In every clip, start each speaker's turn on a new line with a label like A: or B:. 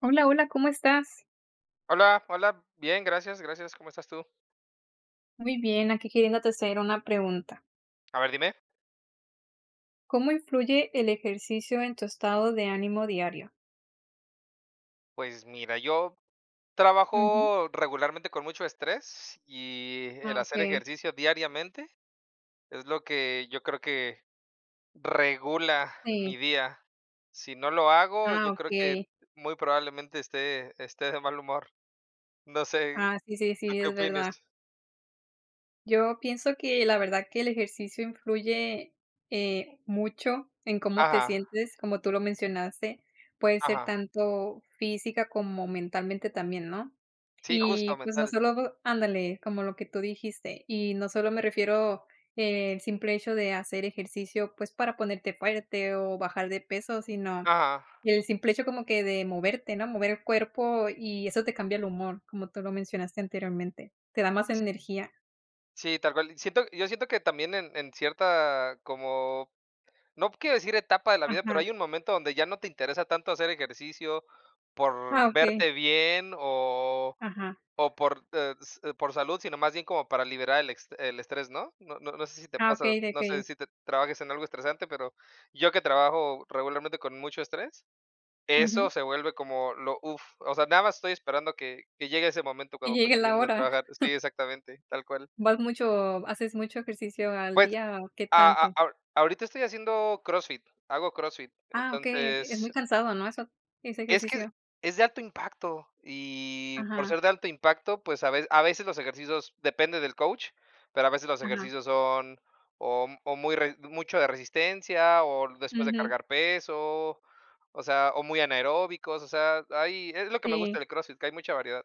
A: Hola, hola, ¿cómo estás?
B: Hola, hola, bien, gracias, gracias, ¿cómo estás tú?
A: Muy bien, aquí queriéndote hacer una pregunta.
B: A ver, dime.
A: ¿Cómo influye el ejercicio en tu estado de ánimo diario?
B: Pues mira, yo
A: Ujú.
B: trabajo regularmente con mucho estrés y
A: Ah,
B: el hacer
A: okey.
B: ejercicio diariamente es lo que yo creo que regula mi
A: Sí.
B: día. Si no lo hago,
A: Ah,
B: yo creo que
A: okey.
B: muy probablemente esté de mal humor. No sé,
A: Ah, sí, sí,
B: ¿tú
A: sí,
B: qué
A: es
B: opinas?
A: verdad. Yo pienso que la verdad que el ejercicio influye, mucho en cómo te
B: Ajá,
A: sientes, como tú lo mencionaste, puede ser
B: ajá.
A: tanto física como mentalmente también, ¿no?
B: Sí, justo,
A: Y pues no
B: mental.
A: solo ándale, como lo que tú dijiste, y no solo me refiero el simple hecho de hacer ejercicio, pues para ponerte fuerte o bajar de peso, sino
B: Ajá.
A: el simple hecho como que de moverte, ¿no? Mover el cuerpo y eso te cambia el humor, como tú lo mencionaste anteriormente, te da más
B: Sí,
A: energía.
B: sí, tal cual. Yo siento que también en cierta como, no quiero decir etapa de la vida, pero
A: Ajá.
B: hay un momento donde ya no te interesa tanto hacer ejercicio por
A: Ah, okey,
B: verte bien
A: ajá.
B: o por, s por salud, sino más bien como para liberar el ex el estrés, ¿no? No no no sé si te
A: Ah,
B: pasa,
A: okey, de
B: no sé
A: que
B: si te trabajes en algo estresante, pero yo que trabajo regularmente con mucho estrés,
A: ujú,
B: eso se vuelve como lo uff, o sea, nada más estoy esperando que llegue ese momento
A: que
B: cuando voy
A: llegue la
B: saliendo de
A: hora.
B: trabajar. Sí, exactamente, tal cual.
A: ¿Vas mucho haces mucho ejercicio al
B: Pues,
A: día o qué
B: a
A: tanto?
B: ahor ahorita estoy haciendo CrossFit, hago CrossFit,
A: Ah, okey, okey, es muy
B: entonces,
A: cansado, ¿no? Eso ese
B: es que
A: ejercicio.
B: es de alto impacto y por
A: Ajá,
B: ser de alto impacto, pues a veces los ejercicios depende del coach, pero a veces los
A: ajá.
B: ejercicios son o muy re mucho de resistencia o después de
A: Ujú,
B: cargar peso, o sea, o muy anaeróbicos, o sea, hay es lo que me gusta
A: sí.
B: del CrossFit, que hay mucha variedad.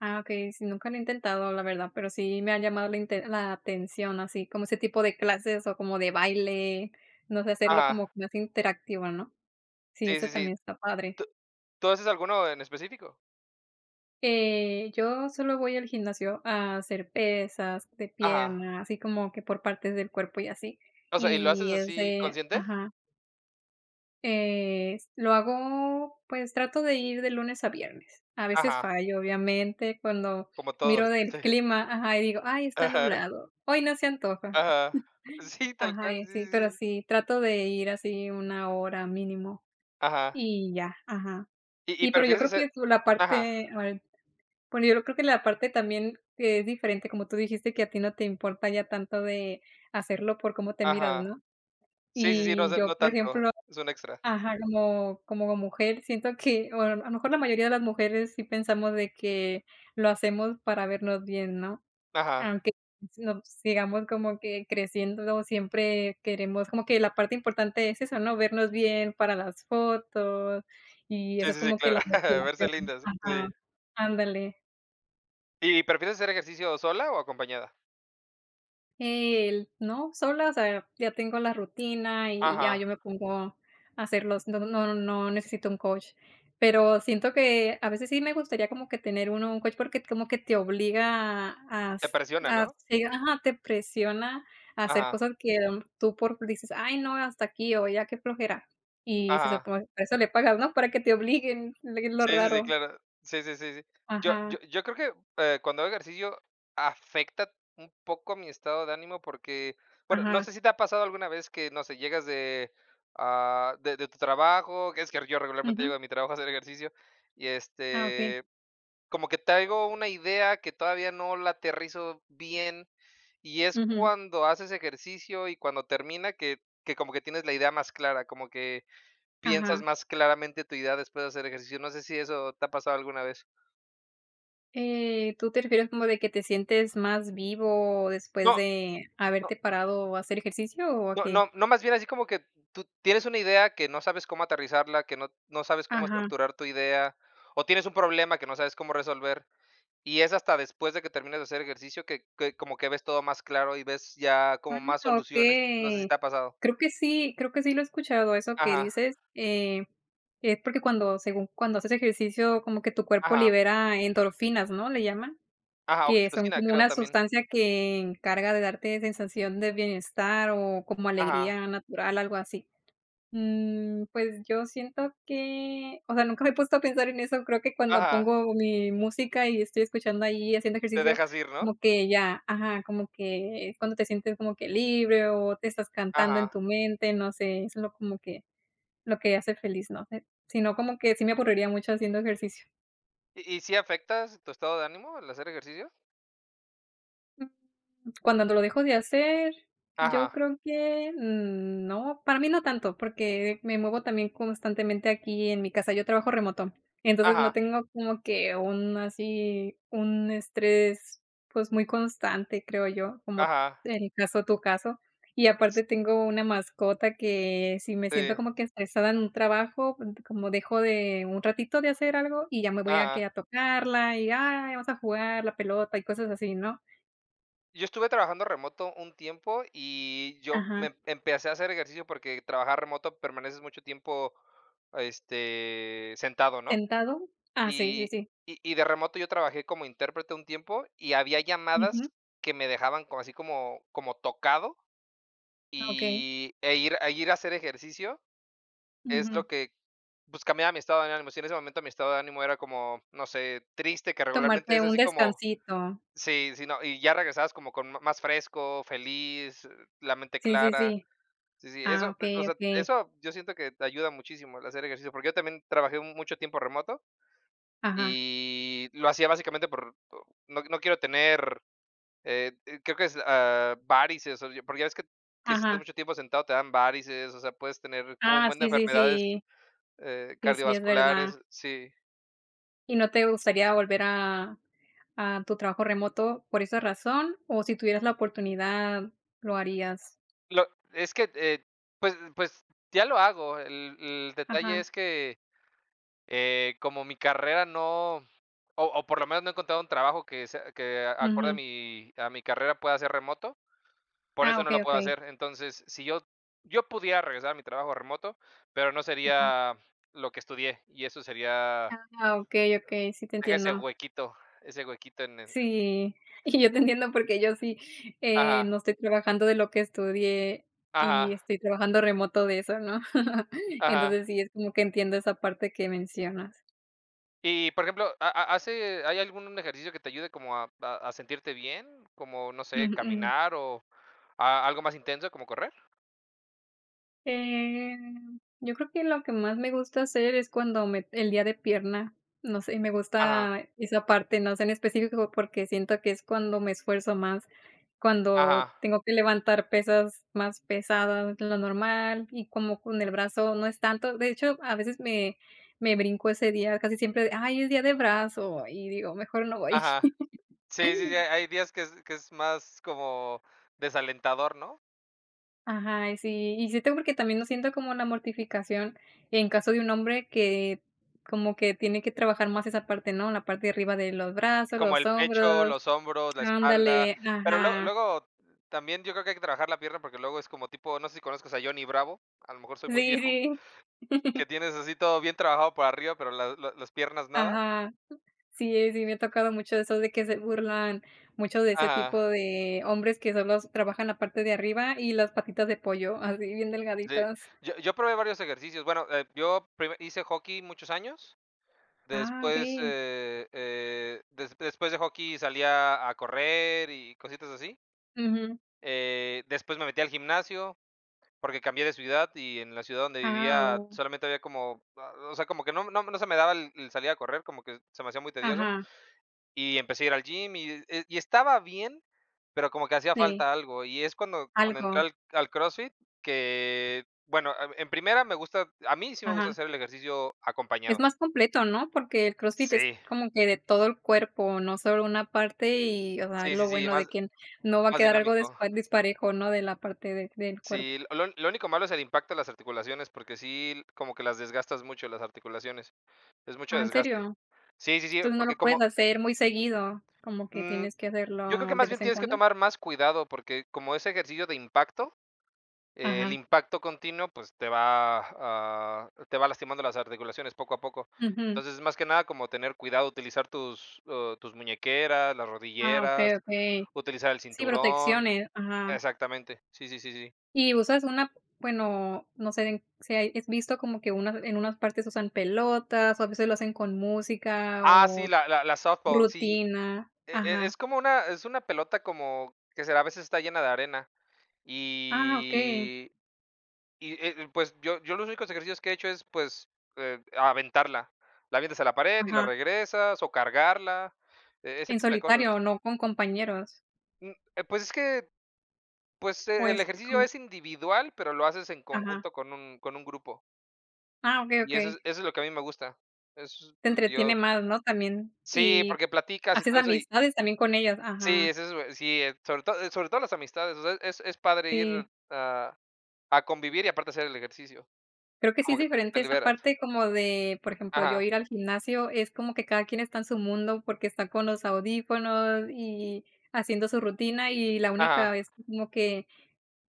A: Ah, okey, sí, nunca lo he intentado, la verdad, pero sí me ha llamado la inte la atención, así como ese tipo de clases o como de baile, no sé, hacerlo
B: Ajá,
A: como más interactivo, ¿no? Sí,
B: sí,
A: eso
B: sí, sí.
A: también está padre.
B: ¿Tú tú haces alguno en específico?
A: Yo solo voy al gimnasio a hacer pesas de
B: Ajá.
A: pierna, así como que por partes del cuerpo y así.
B: O sea, ¿y lo haces
A: Y es
B: así
A: de
B: consciente?
A: ajá, lo hago, pues trato de ir de lunes a viernes. A veces
B: Ajá,
A: fallo, obviamente, cuando
B: como
A: miro
B: todos,
A: del
B: sí.
A: clima, ajá, y digo: "Ay, está
B: Ajá,
A: nublado, hoy no se antoja".
B: ajá. Sí, tal
A: Ajá,
B: cual,
A: y
B: sí,
A: así,
B: sí,
A: pero
B: sí.
A: sí, trato de ir así una hora mínimo
B: Ajá.
A: y ya, ajá.
B: Y
A: Y pero yo
B: prefieres
A: creo que es
B: hacer?
A: la
B: Ajá,
A: parte Bueno, yo creo que la parte también que es diferente, como tú dijiste, que a ti no te importa ya tanto de hacerlo por cómo te miras,
B: ajá.
A: ¿no?
B: Sí, sí, sí, no, o
A: Y
B: sea,
A: yo,
B: no
A: por
B: tanto,
A: ejemplo
B: es un extra.
A: ajá, como como mujer, siento que, o a lo mejor la mayoría de las mujeres sí pensamos de que lo hacemos para vernos bien, ¿no?
B: Ajá.
A: Aunque nos sigamos como que creciendo, siempre queremos como que la parte importante es eso, ¿no? Vernos bien para las fotos, y eso
B: Sí,
A: es
B: sí, sí,
A: como que la
B: claro, verse
A: motivación
B: lindas,
A: ajá,
B: sí.
A: ándale.
B: Y prefieres hacer ejercicio sola o acompañada?
A: El no, sola, o sea, ya tengo la rutina y ya
B: Ajá,
A: yo me pongo a hacerlos, no necesito un coach, pero siento que a veces sí me gustaría como que tener uno un coach porque como que te obliga a
B: te
A: s
B: presiona,
A: a
B: ¿no?
A: sí, ajá, te presiona a hacer
B: Ajá,
A: cosas que tú por dices: "Ay no, hasta aquí o ya qué flojera", y se
B: ajá.
A: supone por eso le pagas, ¿no? Para que te obliguen, es lo
B: Sí, sí, sí,
A: raro.
B: claro. Sí, sí, sí, sí. Yo yo
A: Ajá,
B: yo creo que, cuando hago ejercicio afecta un poco mi estado de ánimo porque, bueno, no
A: ajá,
B: sé si te ha pasado alguna vez que, no sé, llegas de, ah, de tu trabajo, que es que yo regularmente
A: ujú.
B: llego de mi trabajo a hacer ejercicio y,
A: Ah, okey.
B: como que traigo una idea que todavía no la aterrizo bien, y es
A: Ujú,
B: cuando haces ejercicio y cuando termina que como que tienes la idea más clara, como que piensas
A: ajá.
B: más claramente tu idea después de hacer ejercicio. No sé si eso te ha pasado alguna vez.
A: ¿Tú te refieres como de que te sientes más vivo
B: No,
A: después de
B: no,
A: haberte parado a hacer ejercicio o a
B: no,
A: qué?
B: no, no, más bien así como que tú tienes una idea que no sabes cómo aterrizarla, que no no sabes cómo
A: Ajá.
B: estructurar tu idea, o tienes un problema que no sabes cómo resolver. Y es hasta después de que termines de hacer ejercicio que como que ves todo más claro y ves ya
A: Ah,
B: como más soluciones. No sé si
A: okey.
B: te ha pasado.
A: Creo que sí lo he escuchado eso que
B: Ajá,
A: dices, es porque cuando según cuando haces ejercicio, como que tu cuerpo
B: ajá,
A: libera endorfinas, ¿no?, le llaman,
B: ajá,
A: que son
B: oxitocina,
A: como
B: creo
A: una
B: también.
A: sustancia que encarga de darte sensación de bienestar o como
B: Ajá,
A: alegría natural, algo así. Mm, pues yo siento que, o sea, nunca me he puesto a pensar en eso. Creo que cuando
B: ajá,
A: pongo mi música y estoy escuchando ahí, haciendo
B: te
A: ejercicio,
B: dejas ir, ¿no?
A: como que ya, ajá, como que es cuando te sientes como que libre o te estás cantando en
B: Ajá.
A: tu mente, no sé, eso es lo como que lo que hace feliz, no sé. Si no, como que sí me aburriría mucho haciendo ejercicio.
B: Y sí afectas tu estado de ánimo al hacer ejercicio?
A: Mm, cuando lo dejo de hacer, yo
B: Ajá,
A: creo que mm, no, para mí no tanto, porque me muevo también constantemente aquí en mi casa. Yo trabajo remoto, entonces no
B: ajá,
A: tengo como que un así, un estrés, pues, muy constante, creo yo, como
B: ajá.
A: en el caso tu caso. Y aparte
B: s-
A: tengo una mascota que si me siento
B: Sí,
A: como que estresada en un trabajo, como dejo de un ratito de hacer algo y ya me voy a que
B: ajá.
A: a tocarla y, ay, vamos a jugar la pelota y cosas así, ¿no?
B: Yo estuve trabajando remoto un tiempo y yo
A: Ajá,
B: me empecé a hacer ejercicio porque trabajar remoto permaneces mucho tiempo, sentado, ¿no?
A: ¿sentado? Ah, sí, sí,
B: Y
A: sí.
B: y de remoto yo trabajé como intérprete un tiempo, y había
A: Ujú,
B: llamadas que me dejaban como así como como tocado,
A: okey,
B: y e ir a ir a hacer ejercicio es lo
A: ujú.
B: que, pues, cambiaba mi estado de ánimo. Si en ese momento mi estado de ánimo era como, no sé, triste, que regularmente
A: Tomarte
B: es
A: un
B: así como
A: descansito.
B: sí, sí, no, y ya regresabas como con ma- más fresco, feliz, la mente
A: Sí, sí,
B: clara.
A: sí.
B: Sí, sí,
A: Ah,
B: eso, o
A: okey,
B: sea,
A: okey.
B: eso yo siento que te ayuda muchísimo el hacer ejercicio, porque yo también trabajé un- mucho tiempo remoto
A: Ajá,
B: y lo hacía básicamente por no no quiero tener, creo que es, ah, varices, o porque ya ves que si estás
A: ajá.
B: mucho tiempo sentado te dan varices, o sea, puedes tener como un
A: Ah,
B: buen de
A: sí, sí,
B: enfermedades,
A: sí. Sí, sí, es verdad.
B: cardiovasculares, sí.
A: ¿Y no te gustaría volver a tu trabajo remoto por esa razón, o si tuvieras la oportunidad lo harías?
B: Lo es que, pues pues ya lo hago, el detalle
A: Ajá,
B: es que, como mi carrera no o o por lo menos no he encontrado un trabajo que sea que a- acorde
A: ujú.
B: a mi carrera pueda ser remoto, por
A: Ah,
B: eso no
A: okey,
B: lo puedo
A: okey.
B: hacer. Entonces, si yo, yo pudiera regresar a mi trabajo remoto, pero no
A: Ajá.
B: sería lo que estudié. Y eso sería,
A: Ah, okey, okey, sí te
B: deja
A: entiendo.
B: ese huequito en el
A: Sí, y yo te entiendo porque yo sí,
B: ajá,
A: no estoy trabajando de lo que estudié y
B: ajá,
A: estoy trabajando remoto de eso, ¿no? Entonces
B: ajá.
A: sí, es como que entiendo esa parte que mencionas.
B: Y, por ejemplo, ¿ha ha hace hay algún ejercicio que te ayude como a sentirte bien? Como, no sé,
A: Ujú.
B: caminar o a algo más intenso, ¿como correr?
A: Eh, yo creo que lo que más me gusta hacer es cuando me el día de pierna, no sé, me
B: Ajá,
A: gusta esa parte, no sé en específico, porque siento que es cuando me esfuerzo más, cuando
B: ajá,
A: tengo que levantar pesas más pesadas de lo normal y como con el brazo no es tanto. De hecho, a veces me brinco ese día, casi siempre, ay, es día de brazo y digo, mejor no voy.
B: ajá. Sí, sí, sí, hay días que es más como desalentador, ¿no?
A: Ajá, y sí, y siento porque también no siento como la mortificación en caso de un hombre que como que tiene que trabajar más esa parte, ¿no? La parte de arriba de los brazos,
B: Como
A: los
B: el pecho,
A: hombros.
B: los hombros, la espalda,
A: Ándale,
B: pero luego
A: ajá.
B: luego también yo creo que hay que trabajar la pierna, porque luego es como tipo, no sé si conozcas a Johnny Bravo, a lo mejor soy
A: Sí,
B: muy viejo,
A: sí,
B: que tienes así todo bien trabajado por arriba, pero la la las piernas nada.
A: ajá. Sí, sí, me ha tocado mucho eso de que se burlan mucho de ese tipo
B: Ajá,
A: de hombres que solo trabajan la parte de arriba y las patitas de pollo, así bien
B: sí.
A: delgaditas.
B: Yo probé varios ejercicios. Bueno, yo prime hice hockey muchos años,
A: Ah,
B: después,
A: okey.
B: des después de hockey salía a correr y cositas así.
A: Ujú.
B: Después me metí al gimnasio. Porque cambié de ciudad y en la ciudad donde
A: Ah,
B: vivía
A: oh.
B: solamente había como, ah, o sea, como que no no no se me daba el salir a correr, como que se me hacía muy tedioso,
A: Ajá,
B: y empecé a ir al gym y estaba bien, pero como que hacía
A: sí,
B: falta algo, y es cuando cuando entré
A: algo.
B: al al CrossFit que, bueno, ah, en primera me gusta a mí sí me gusta
A: Ajá.
B: hacer el ejercicio
A: Es
B: acompañado.
A: más completo, ¿no? Porque el CrossFit es
B: Sí,
A: como que de todo el cuerpo, no solo una parte y, o sea, es
B: sí, sí,
A: lo
B: sí,
A: bueno de
B: más
A: que no va a
B: más
A: quedar algo
B: dinámico.
A: despa disparejo, ¿no? De la parte de del cuerpo.
B: Sí, lo único malo es el impacto de las articulaciones, porque sí, como que las desgastas mucho las articulaciones, es mucho
A: Ah, ¿en
B: desgaste.
A: serio?
B: Sí, sí, sí,
A: Entonces, ¿no
B: porque
A: lo puedes
B: como
A: hacer muy seguido? Como que
B: mm,
A: tienes que
B: yo creo que
A: hacerlo de
B: más
A: vez
B: bien
A: en
B: tienes que
A: cuando.
B: tomar más cuidado porque como es ejercicio de impacto, el
A: Ajá.
B: impacto continuo pues te va, ah, te va lastimando las articulaciones poco a poco.
A: Ujú.
B: Entonces, más que nada como tener cuidado, utilizar tus, tus muñequeras, las
A: Ah,
B: rodilleras,
A: okey, okey.
B: utilizar el
A: Sí,
B: cinturón.
A: protecciones, ajá.
B: Exactamente. Sí, sí, sí, sí.
A: ¿Y usas una bueno, no sé en- si hay, es visto como que unas en unas partes usan pelotas, o a veces lo hacen con música
B: Ah, sí,
A: o
B: la softball, sí.
A: Rutina,
B: E- e- es
A: ajá.
B: como una, es una pelota como que será, a veces está llena de arena.
A: Ah, okey,
B: Y y, pues, yo los únicos ejercicios que he hecho es, pues, aventarla. La avientas a la pared y la
A: ajá.
B: regresas, o cargarla, e ese
A: En
B: tipo de cosas.
A: solitario, no con compañeros,
B: Mm, pues, es que, pues, el
A: pues,
B: ejercicio
A: como
B: es individual, pero lo haces en
A: ajá.
B: conjunto con un grupo.
A: Ah, okey,
B: Y
A: okey.
B: eso es lo que a mí me gusta. Eso es
A: Te
B: lo que
A: entretiene
B: yo
A: más, ¿no? También,
B: sí,
A: y
B: porque platicas y
A: haces
B: todo eso, y
A: amistades también con ellas,
B: sí,
A: ajá,
B: eso es bue sí, sobre todo las amistades, o sea, es padre ir
A: sí.
B: a a convivir y aparte hacer el ejercicio,
A: Creo que sí es
B: como que te
A: diferente
B: te
A: esa
B: liberas.
A: parte como de, por ejemplo, yo
B: Ajá,
A: ir al gimnasio, es como que cada quien está en su mundo porque está con los audífonos y haciendo su rutina y la única
B: ajá,
A: vez como que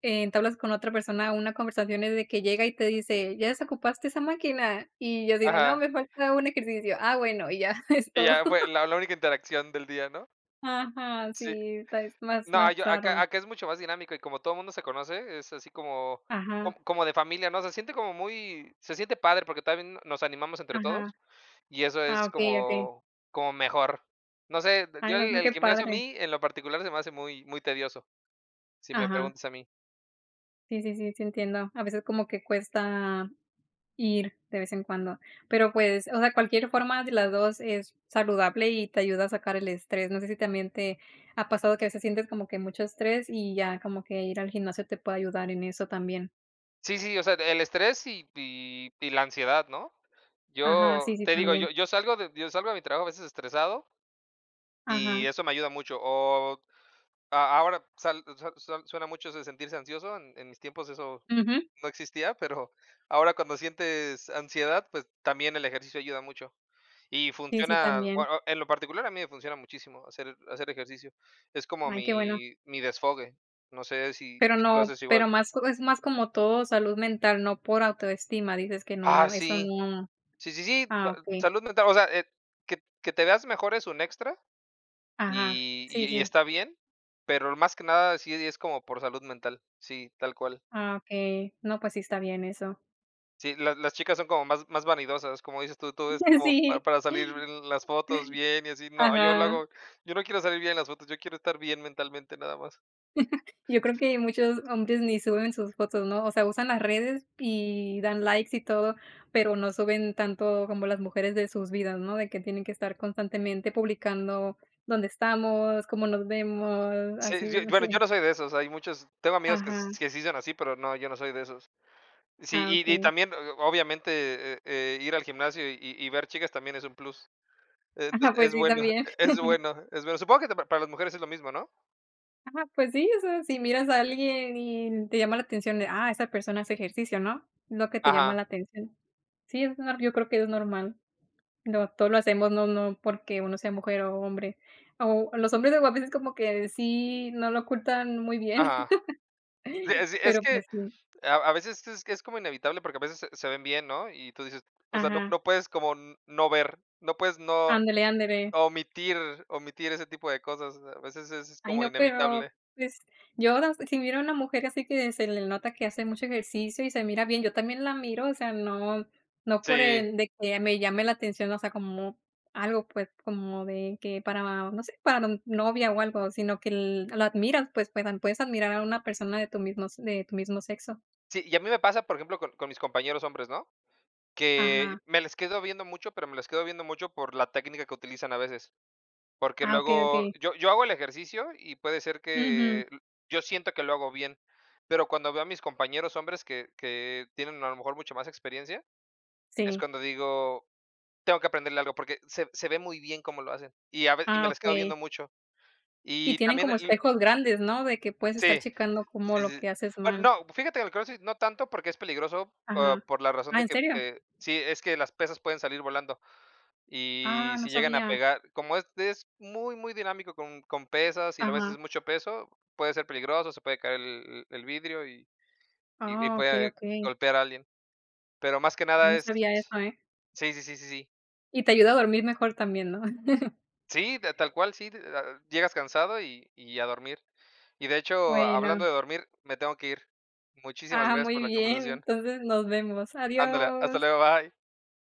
A: entablas con otra persona una conversación es de que llega y te dice, ¿ya desocupaste esa máquina? Y yo digo no,
B: ajá.
A: me falta un ejercicio. Ah, bueno, y ya es
B: Y
A: todo.
B: ya fue la la única interacción del día, ¿no?
A: Ajá,
B: Sí.
A: sí, está, es más,
B: No,
A: más
B: yo acá
A: raro.
B: acá es mucho más dinámico y como todo el mundo se conoce, es así como com
A: Ajá,
B: como de familia, ¿no? Se siente como muy se siente padre porque también nos animamos entre
A: ajá.
B: todos y eso
A: Ah,
B: es
A: ok, ok.
B: como como mejor. No sé, d-
A: Ay,
B: yo
A: no sé
B: el
A: qué
B: gimnasio a
A: padre.
B: mí, en lo particular, se me hace muy muy tedioso, si me
A: Ajá.
B: preguntas a mí.
A: Sí, sí, sí, sí entiendo. A veces como que cuesta ir de vez en cuando. Pero, pues, o sea, cualquier forma de las 2 es saludable y te ayuda a sacar el estrés. No sé si también te ha pasado que a veces sientes como que mucho estrés y ya como que ir al gimnasio te puede ayudar en eso también.
B: Sí, sí, o sea, el estrés y y la ansiedad, ¿no?
A: Ajá, sí,
B: Yo
A: sí,
B: te digo,
A: también.
B: yo yo salgo de mi trabajo a veces estresado y
A: Ajá.
B: eso me ayuda mucho, o a ahora sal sal sal suena mucho eso de sentirse ansioso, en mis tiempos eso
A: Ujú.
B: no existía, pero ahora cuando sientes ansiedad, pues también el ejercicio ayuda mucho. Y
A: Sí, sí,
B: funciona,
A: también.
B: bueno, en lo particular a mí me funciona muchísimo hacer hacer ejercicio. Es como
A: Ay, qué bueno.
B: mi mi desfogue. No sé si
A: Pero
B: si tú lo
A: no
B: haces igual.
A: pero más co- es más como todo salud mental, no por autoestima, dices que
B: Ah,
A: no, eso
B: sí.
A: no.
B: Sí, sí, sí, ba
A: Ah, okey.
B: salud mental, o sea, que te veas mejor es un extra
A: Ajá.
B: y y
A: Sí,
B: y
A: sí.
B: está bien, pero más que nada sí es como por salud mental. Sí, tal cual.
A: Ah, okey. No, pues sí está bien eso.
B: Sí, las chicas son como más más vanidosas, como dices tú, todo es como pa
A: Sí,
B: para salir en las fotos bien y así. No, yo lo
A: ajá.
B: hago yo no quiero salir bien en las fotos, yo quiero estar bien mentalmente nada más.
A: Yo creo que muchos hombres ni suben sus fotos, ¿no? O sea, usan las redes y dan likes y todo, pero no suben tanto como las mujeres de sus vidas, ¿no? De que tienen que estar constantemente publicando dónde estamos, cómo nos vemos,
B: Sí,
A: así,
B: yo
A: no
B: bueno, yo
A: sé.
B: no soy de esos, hay muchos tengo amigos que
A: Ajá.
B: s que sí son así, pero no, yo no soy de esos. Sí,
A: Ah,
B: y
A: okey.
B: también, o obviamente, ir al gimnasio y ver chicas también es un plus.
A: Ajá,
B: Entonces,
A: pues
B: es
A: sí,
B: bueno,
A: también.
B: es bueno, es bueno. Supongo que te- para las mujeres es lo mismo, ¿no?
A: Ajá, pues sí, o sea, si miras a alguien y te llama la atención de: "Ah, esa persona hace ejercicio", ¿no? Lo que te llama
B: Ajá,
A: la atención. Sí, es nor yo creo que es normal. Lo todo lo hacemos, no porque uno sea mujer o hombre. O los hombres luego a veces como que sí no lo ocultan muy bien,
B: ajá. Sí, es
A: pero
B: que
A: pues sí.
B: a veces es como inevitable, porque a veces se se ven bien, ¿no? Y tú dices, o sea, no
A: Ajá.
B: no puedes como n no ver, no puedes no
A: Ándele, ándele.
B: omitir omitir ese tipo de cosas, a veces es
A: Ay,
B: como
A: no, pero,
B: inevitable.
A: pues, yo ahora si miro a una mujer así que se le nota que hace mucho ejercicio y se mira bien, yo también la miro, o sea, no no por
B: Sí,
A: el de que me llame la atención, o sea, como algo, pues, como de que para, no sé, para no- novia o algo, sino que l la admiras, pues, puedan puedes admirar a una persona de tu mismo s de tu mismo sexo.
B: sí, y a mí me pasa, por ejemplo, con mis compañeros hombres, ¿no?
A: Ajá.
B: Que me les quedo viendo mucho, pero me les quedo viendo mucho por la técnica que utilizan a veces, porque
A: Ah, okey,
B: luego
A: okey.
B: yo hago el ejercicio y puede ser
A: Ujú.
B: que l yo siento que lo hago bien, pero cuando veo a mis compañeros hombres que tienen a lo mejor mucho más experiencia, es
A: Sí.
B: cuando digo: "Tengo que aprenderle algo porque se se ve muy bien cómo lo hacen", y a ve y
A: Ah,
B: me las quedo
A: okey.
B: viendo mucho.
A: Y
B: Y
A: tienen
B: también
A: como
B: el
A: espejos grandes, ¿no? De que puedes estar
B: sí,
A: checando como
B: sí,
A: lo
B: sí.
A: que haces
B: Bueno,
A: mal.
B: no, fíjate que el CrossFit no tanto porque es peligroso, ah,
A: Ajá.
B: por la razón
A: Ah,
B: de
A: ¿en
B: que,
A: serio?
B: sí, es que las pesas pueden salir volando, y
A: Ah, no
B: si llegan a
A: sabía.
B: pegar, como es muy, muy dinámico con pesas y luego a veces
A: Ajá.
B: es mucho peso, puede ser peligroso, se puede caer el vidrio y y
A: Ah, okey,
B: puede
A: okey.
B: golpear a alguien, pero más que
A: Ay,
B: nada
A: no
B: es
A: sabía eso, ¿eh?
B: sí, sí, sí, sí, sí.
A: Y te ayuda a dormir mejor también, ¿no?
B: Sí, ta tal cual, sí, ah, llegas cansado y a dormir. Y de hecho,
A: Bueno.
B: hablando de dormir, me tengo que ir. Muchísimas
A: Ah,
B: gracias
A: muy
B: por la
A: bien.
B: conversación.
A: Entonces, nos vemos.
B: Ándale, hasta
A: Adiós.
B: luego, bye.